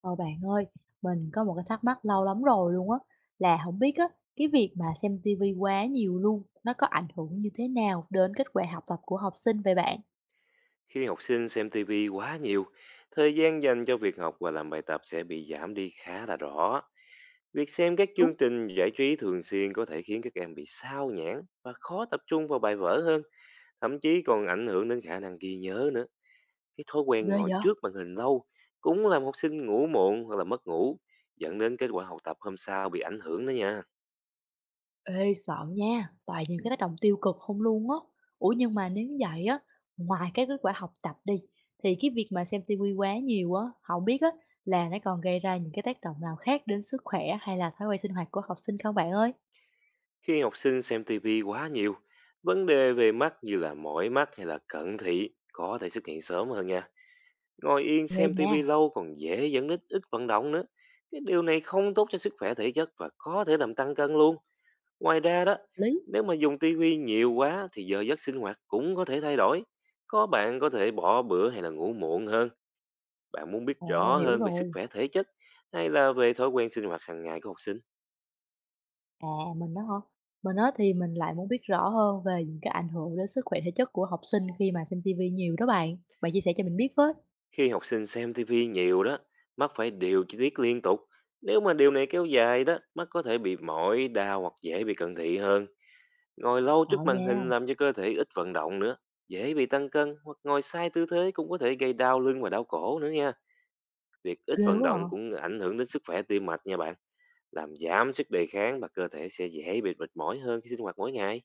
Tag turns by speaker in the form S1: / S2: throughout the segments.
S1: Ôi bạn ơi, mình có một cái thắc mắc lâu lắm rồi luôn á, là không biết á, cái việc mà xem tivi quá nhiều luôn, nó có ảnh hưởng như thế nào đến kết quả học tập của học sinh vậy bạn?
S2: Khi học sinh xem TV quá nhiều, thời gian dành cho việc học và làm bài tập sẽ bị giảm đi khá là rõ. Việc xem các
S1: Đúng,
S2: chương trình giải trí thường xuyên có thể khiến các em bị sao nhãng và khó tập trung vào bài vở hơn, thậm chí còn ảnh hưởng đến khả năng ghi nhớ nữa. Cái thói quen
S1: ghê
S2: ngồi
S1: vậy?
S2: trước màn hình lâu cũng làm học sinh ngủ muộn hoặc là mất ngủ, dẫn đến kết quả học tập hôm sau bị ảnh hưởng đó nha.
S1: Ê, sợ nha, toàn những cái tác động tiêu cực không luôn á. Ủa nhưng mà nếu vậy á, ngoài cái kết quả học tập đi, thì cái việc mà xem tivi quá nhiều á, không biết á, là nó còn gây ra những cái tác động nào khác đến sức khỏe hay là thói quen sinh hoạt của học sinh không bạn ơi?
S2: Khi học sinh xem TV quá nhiều, vấn đề về mắt như là mỏi mắt hay là cận thị có thể xuất hiện sớm hơn nha. Ngồi yên
S1: Ghê
S2: xem
S1: nha.
S2: tivi lâu còn dễ dẫn đến ít vận động nữa. Cái điều này không tốt cho sức khỏe thể chất và có thể làm tăng cân luôn. Ngoài ra đó,
S1: Lý.
S2: nếu mà dùng tivi nhiều quá thì giờ giấc sinh hoạt cũng có thể thay đổi. Có bạn có thể bỏ bữa hay là ngủ muộn hơn. Bạn muốn biết
S1: Ồ,
S2: rõ
S1: hiểu
S2: hơn về sức
S1: rồi.
S2: khỏe thể chất hay là về thói quen sinh hoạt hàng ngày của học sinh.
S1: À, mình á hả? Mình á thì mình lại muốn biết rõ hơn về những cái ảnh hưởng đến sức khỏe thể chất của học sinh khi mà xem TV nhiều đó bạn. Bạn chia sẻ cho mình biết với.
S2: Khi học sinh xem tivi nhiều đó, mắt phải điều chi tiết liên tục. Nếu mà điều này kéo dài đó, mắt có thể bị mỏi, đau hoặc dễ bị cận thị hơn. Ngồi lâu
S1: Sợ
S2: trước màn
S1: nha,
S2: hình làm cho cơ thể ít vận động nữa, dễ bị tăng cân hoặc ngồi sai tư thế cũng có thể gây đau lưng và đau cổ nữa nha. Việc ít
S1: ghê
S2: vận
S1: quá à.
S2: động cũng ảnh hưởng đến sức khỏe tim mạch nha bạn, làm giảm sức đề kháng và cơ thể sẽ dễ bị mệt mỏi hơn khi sinh hoạt mỗi ngày.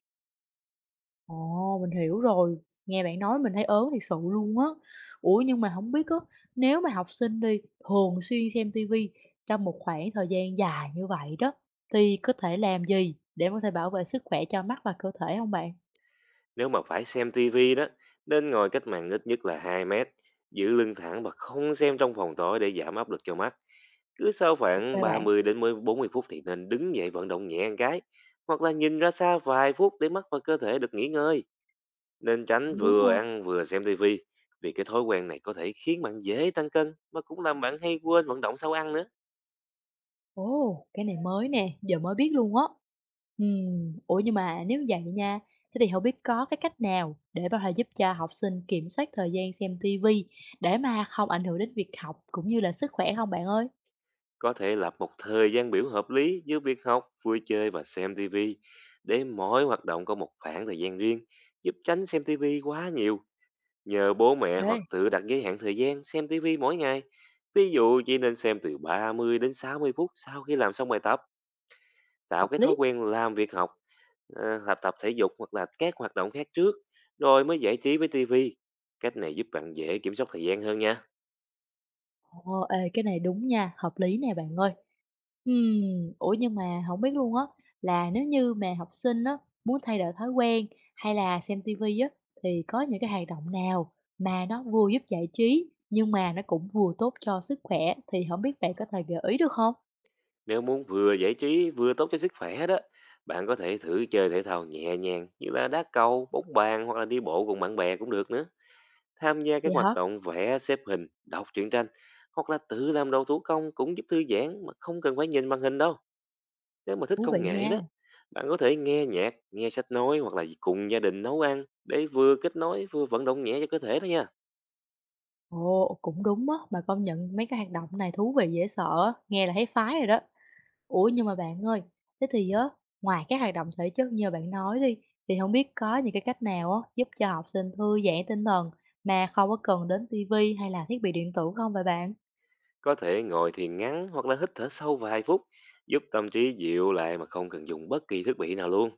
S1: Ồ, mình hiểu rồi. Nghe bạn nói mình thấy ớn thiệt sự luôn á. Ủa nhưng mà không biết á, nếu mà học sinh đi thường xuyên xem TV trong một khoảng thời gian dài như vậy đó, thì có thể làm gì để có thể bảo vệ sức khỏe cho mắt và cơ thể không bạn?
S2: Nếu mà phải xem tivi đó, nên ngồi cách màn ít nhất là 2 mét, giữ lưng thẳng và không xem trong phòng tối để giảm áp lực cho mắt. Cứ sau
S1: Ok
S2: khoảng ba
S1: bạn,
S2: mươi đến 40 phút thì nên đứng dậy vận động nhẹ một cái, hoặc là nhìn ra xa vài phút để mắt và cơ thể được nghỉ ngơi. Nên tránh
S1: cũng đúng
S2: vừa
S1: ha.
S2: ăn vừa xem tivi, vì cái thói quen này có thể khiến bạn dễ tăng cân mà cũng làm bạn hay quên vận động sau ăn nữa.
S1: Ồ, cái này mới nè, giờ mới biết luôn á. Ủa nhưng mà nếu như vậy nha, thế thì không biết có cái cách nào để có thể giúp cho học sinh kiểm soát thời gian xem ti vi để mà không ảnh hưởng đến việc học cũng như là sức khỏe không bạn ơi?
S2: Có thể lập một thời gian biểu hợp lý giữa việc học, vui chơi và xem tivi để mỗi hoạt động có một khoảng thời gian riêng, giúp tránh xem tivi quá nhiều. Nhờ bố mẹ
S1: Ê.
S2: hoặc tự đặt giới hạn thời gian xem tivi mỗi ngày. Ví dụ chỉ nên xem từ 30 đến 60 phút sau khi làm xong bài tập.
S1: Hợp
S2: Tạo cái thói
S1: lý.
S2: quen làm việc học, học tập thể dục hoặc là các hoạt động khác trước, rồi mới giải trí với tivi. Cách này giúp bạn dễ kiểm soát thời gian hơn nha.
S1: Ồ, ê, cái này đúng nha, hợp lý nè bạn ơi. Ủa, nhưng mà không biết luôn á, là nếu như mà học sinh á, muốn thay đổi thói quen hay là xem tivi á, thì có những cái hoạt động nào mà nó vừa giúp giải trí, nhưng mà nó cũng vừa tốt cho sức khỏe, thì không biết bạn có thể gợi ý được không?
S2: Nếu muốn vừa giải trí vừa tốt cho sức khỏe đó, bạn có thể thử chơi thể thao nhẹ nhàng như là đá cầu, bóng bàn hoặc là đi bộ cùng bạn bè cũng được nữa. Tham gia
S1: Vậy
S2: các hoạt
S1: hả?
S2: động vẽ, xếp hình, đọc truyện tranh hoặc là tự làm đồ thủ công cũng giúp thư giãn mà không cần phải nhìn màn hình đâu. Nếu mà thích
S1: Thú vị
S2: công nghệ
S1: nha.
S2: đó, bạn có thể nghe nhạc, nghe sách nói hoặc là cùng gia đình nấu ăn để vừa kết nối vừa vận động nhẹ cho cơ thể đó nha.
S1: Ồ, cũng đúng á, mà công nhận mấy cái hoạt động này thú vị dễ sợ á, nghe là thấy phái rồi đó. Ủa, nhưng mà bạn ơi, thế thì á, ngoài các hoạt động thể chất như bạn nói đi, thì không biết có những cái cách nào á, giúp cho học sinh thư giãn tinh thần mà không có cần đến ti hay là thiết bị điện tử không vậy bạn?
S2: Có thể ngồi thiền ngắn hoặc là hít thở sâu vài phút, giúp tâm trí dịu lại mà không cần dùng bất kỳ thiết bị nào luôn.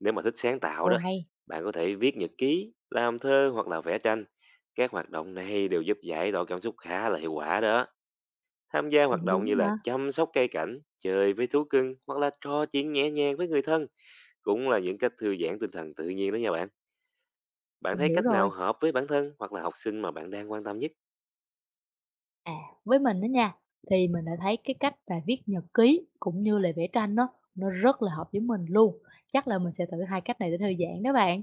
S2: Nếu mà thích sáng tạo
S1: Ồ,
S2: đó,
S1: hay,
S2: bạn có thể viết nhật ký, làm thơ hoặc là vẽ tranh. Các hoạt động này đều giúp giải tỏa cảm xúc khá là hiệu quả đó. Tham gia hoạt
S1: cũng
S2: động như
S1: đúng
S2: là
S1: hả?
S2: chăm sóc cây cảnh, chơi với thú cưng hoặc là trò chuyện nhẹ nhàng với người thân cũng là những cách thư giãn tinh thần tự nhiên đó nha bạn. Bạn
S1: Mình
S2: thấy
S1: hiểu
S2: cách
S1: rồi.
S2: nào hợp với bản thân hoặc là học sinh mà bạn đang quan tâm nhất?
S1: À, với mình đó nha, thì mình đã thấy cái cách là viết nhật ký cũng như là vẽ tranh á, nó rất là hợp với mình luôn. Chắc là mình sẽ thử hai cách này để thư giãn đó bạn.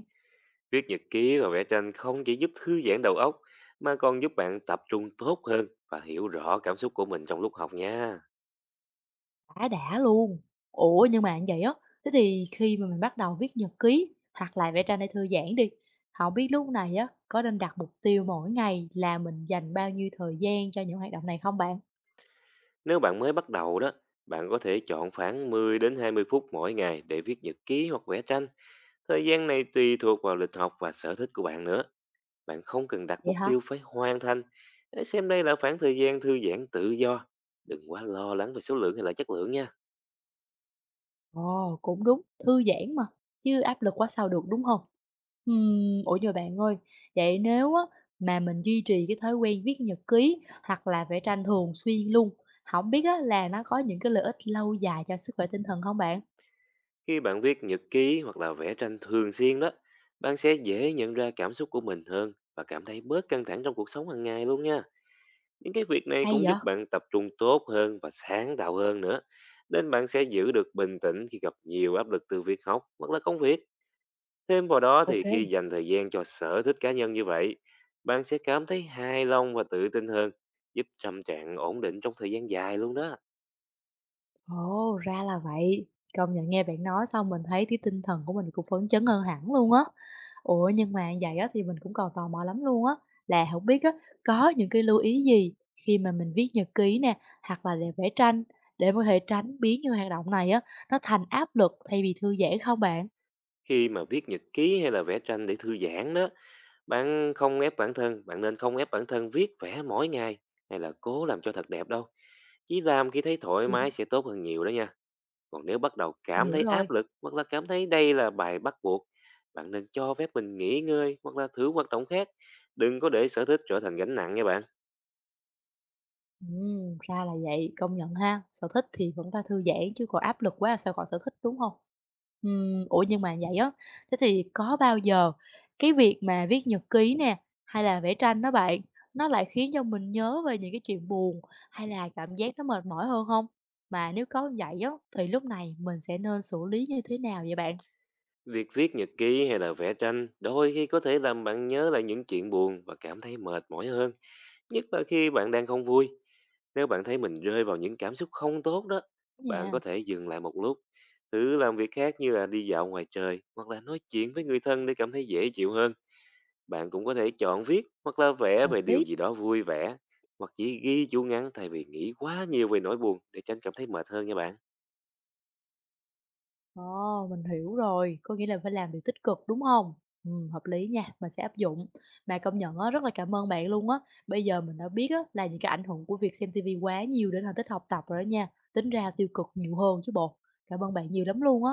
S2: Viết nhật ký và vẽ tranh không chỉ giúp thư giãn đầu óc mà còn giúp bạn tập trung tốt hơn và hiểu rõ cảm xúc của mình trong lúc học nha.
S1: Đã luôn! Ủa, nhưng mà như vậy á, thế thì khi mà mình bắt đầu viết nhật ký hoặc là vẽ tranh để thư giãn đi, không biết lúc này á, có nên đặt mục tiêu mỗi ngày là mình dành bao nhiêu thời gian cho những hoạt động này không bạn?
S2: Nếu bạn mới bắt đầu đó, bạn có thể chọn khoảng 10 đến 20 phút mỗi ngày để viết nhật ký hoặc vẽ tranh. Thời gian này tùy thuộc vào lịch học và sở thích của bạn nữa. Bạn không cần đặt
S1: Vậy
S2: mục
S1: hả?
S2: tiêu phải hoàn thành. Hãy xem đây là khoảng thời gian thư giãn tự do. Đừng quá lo lắng về số lượng hay là chất lượng nha.
S1: Ồ, cũng đúng, thư giãn mà, chứ áp lực quá sao được, đúng không? Ủa, nhưng bạn ơi, vậy nếu á mà mình duy trì cái thói quen viết nhật ký hoặc là vẽ tranh thường xuyên luôn, không biết á là nó có những cái lợi ích lâu dài cho sức khỏe tinh thần không bạn?
S2: Khi bạn viết nhật ký hoặc là vẽ tranh thường xuyên đó, bạn sẽ dễ nhận ra cảm xúc của mình hơn và cảm thấy bớt căng thẳng trong cuộc sống hàng ngày luôn nha. Những cái việc này
S1: Hay
S2: cũng
S1: vậy?
S2: giúp bạn tập trung tốt hơn và sáng tạo hơn nữa. Nên bạn sẽ giữ được bình tĩnh khi gặp nhiều áp lực từ việc học hoặc là công việc. Thêm vào đó thì khi
S1: OK.
S2: dành thời gian cho sở thích cá nhân như vậy, bạn sẽ cảm thấy hài lòng và tự tin hơn, giúp tâm trạng ổn định trong thời gian dài luôn đó.
S1: Ồ, ra là vậy. Công nhận nghe bạn nói xong mình thấy cái tinh thần của mình cũng phấn chấn hơn hẳn luôn á. Ủa nhưng mà vậy á thì mình cũng còn tò mò lắm luôn á, là không biết á có những cái lưu ý gì khi mà mình viết nhật ký nè, hoặc là để vẽ tranh để có thể tránh biến những hoạt động này á nó thành áp lực thay vì thư giãn không bạn?
S2: Khi mà viết nhật ký hay là vẽ tranh để thư giãn đó, Bạn nên không ép bản thân viết vẽ mỗi ngày hay là cố làm cho thật đẹp đâu. Chỉ làm khi thấy thoải
S1: Ừ,
S2: mái sẽ tốt hơn nhiều đó nha. Còn nếu bắt đầu
S1: mình
S2: cảm
S1: hiểu
S2: thấy
S1: rồi.
S2: áp lực hoặc là cảm thấy đây là bài bắt buộc, bạn nên cho phép mình nghỉ ngơi hoặc là thử hoạt động khác. Đừng có để sở thích trở thành gánh nặng nha bạn.
S1: Ra là vậy, công nhận ha, sở thích thì vẫn là thư giãn chứ còn áp lực quá sao gọi sở thích, đúng không? Ủa, nhưng mà vậy á, thế thì có bao giờ cái việc mà viết nhật ký nè, hay là vẽ tranh đó bạn, nó lại khiến cho mình nhớ về những cái chuyện buồn hay là cảm giác nó mệt mỏi hơn không? Mà nếu có như vậy á, thì lúc này mình sẽ nên xử lý như thế nào vậy bạn?
S2: Việc viết nhật ký hay là vẽ tranh đôi khi có thể làm bạn nhớ lại những chuyện buồn và cảm thấy mệt mỏi hơn, nhất là khi bạn đang không vui. Nếu bạn thấy mình rơi vào những cảm xúc không tốt đó, bạn có
S1: Nha,
S2: thể dừng lại một lúc, thử làm việc khác như là đi dạo ngoài trời hoặc là nói chuyện với người thân để cảm thấy dễ chịu hơn. Bạn cũng có thể chọn viết hoặc là vẽ
S1: hợp
S2: về điều
S1: lý.
S2: gì đó vui vẻ, hoặc chỉ ghi chú ngắn thay vì nghĩ quá nhiều về nỗi buồn để tránh cảm thấy mệt hơn nha bạn.
S1: Ồ, mình hiểu rồi, có nghĩa là phải làm điều tích cực, đúng không? Hợp lý nha, mình sẽ áp dụng. Mà công nhận á, rất là cảm ơn bạn luôn á, bây giờ mình đã biết á là những cái ảnh hưởng của việc xem ti vi quá nhiều đến thành tích học tập rồi đó nha, tính ra tiêu cực nhiều hơn chứ bộ. Cảm ơn bạn nhiều lắm luôn á.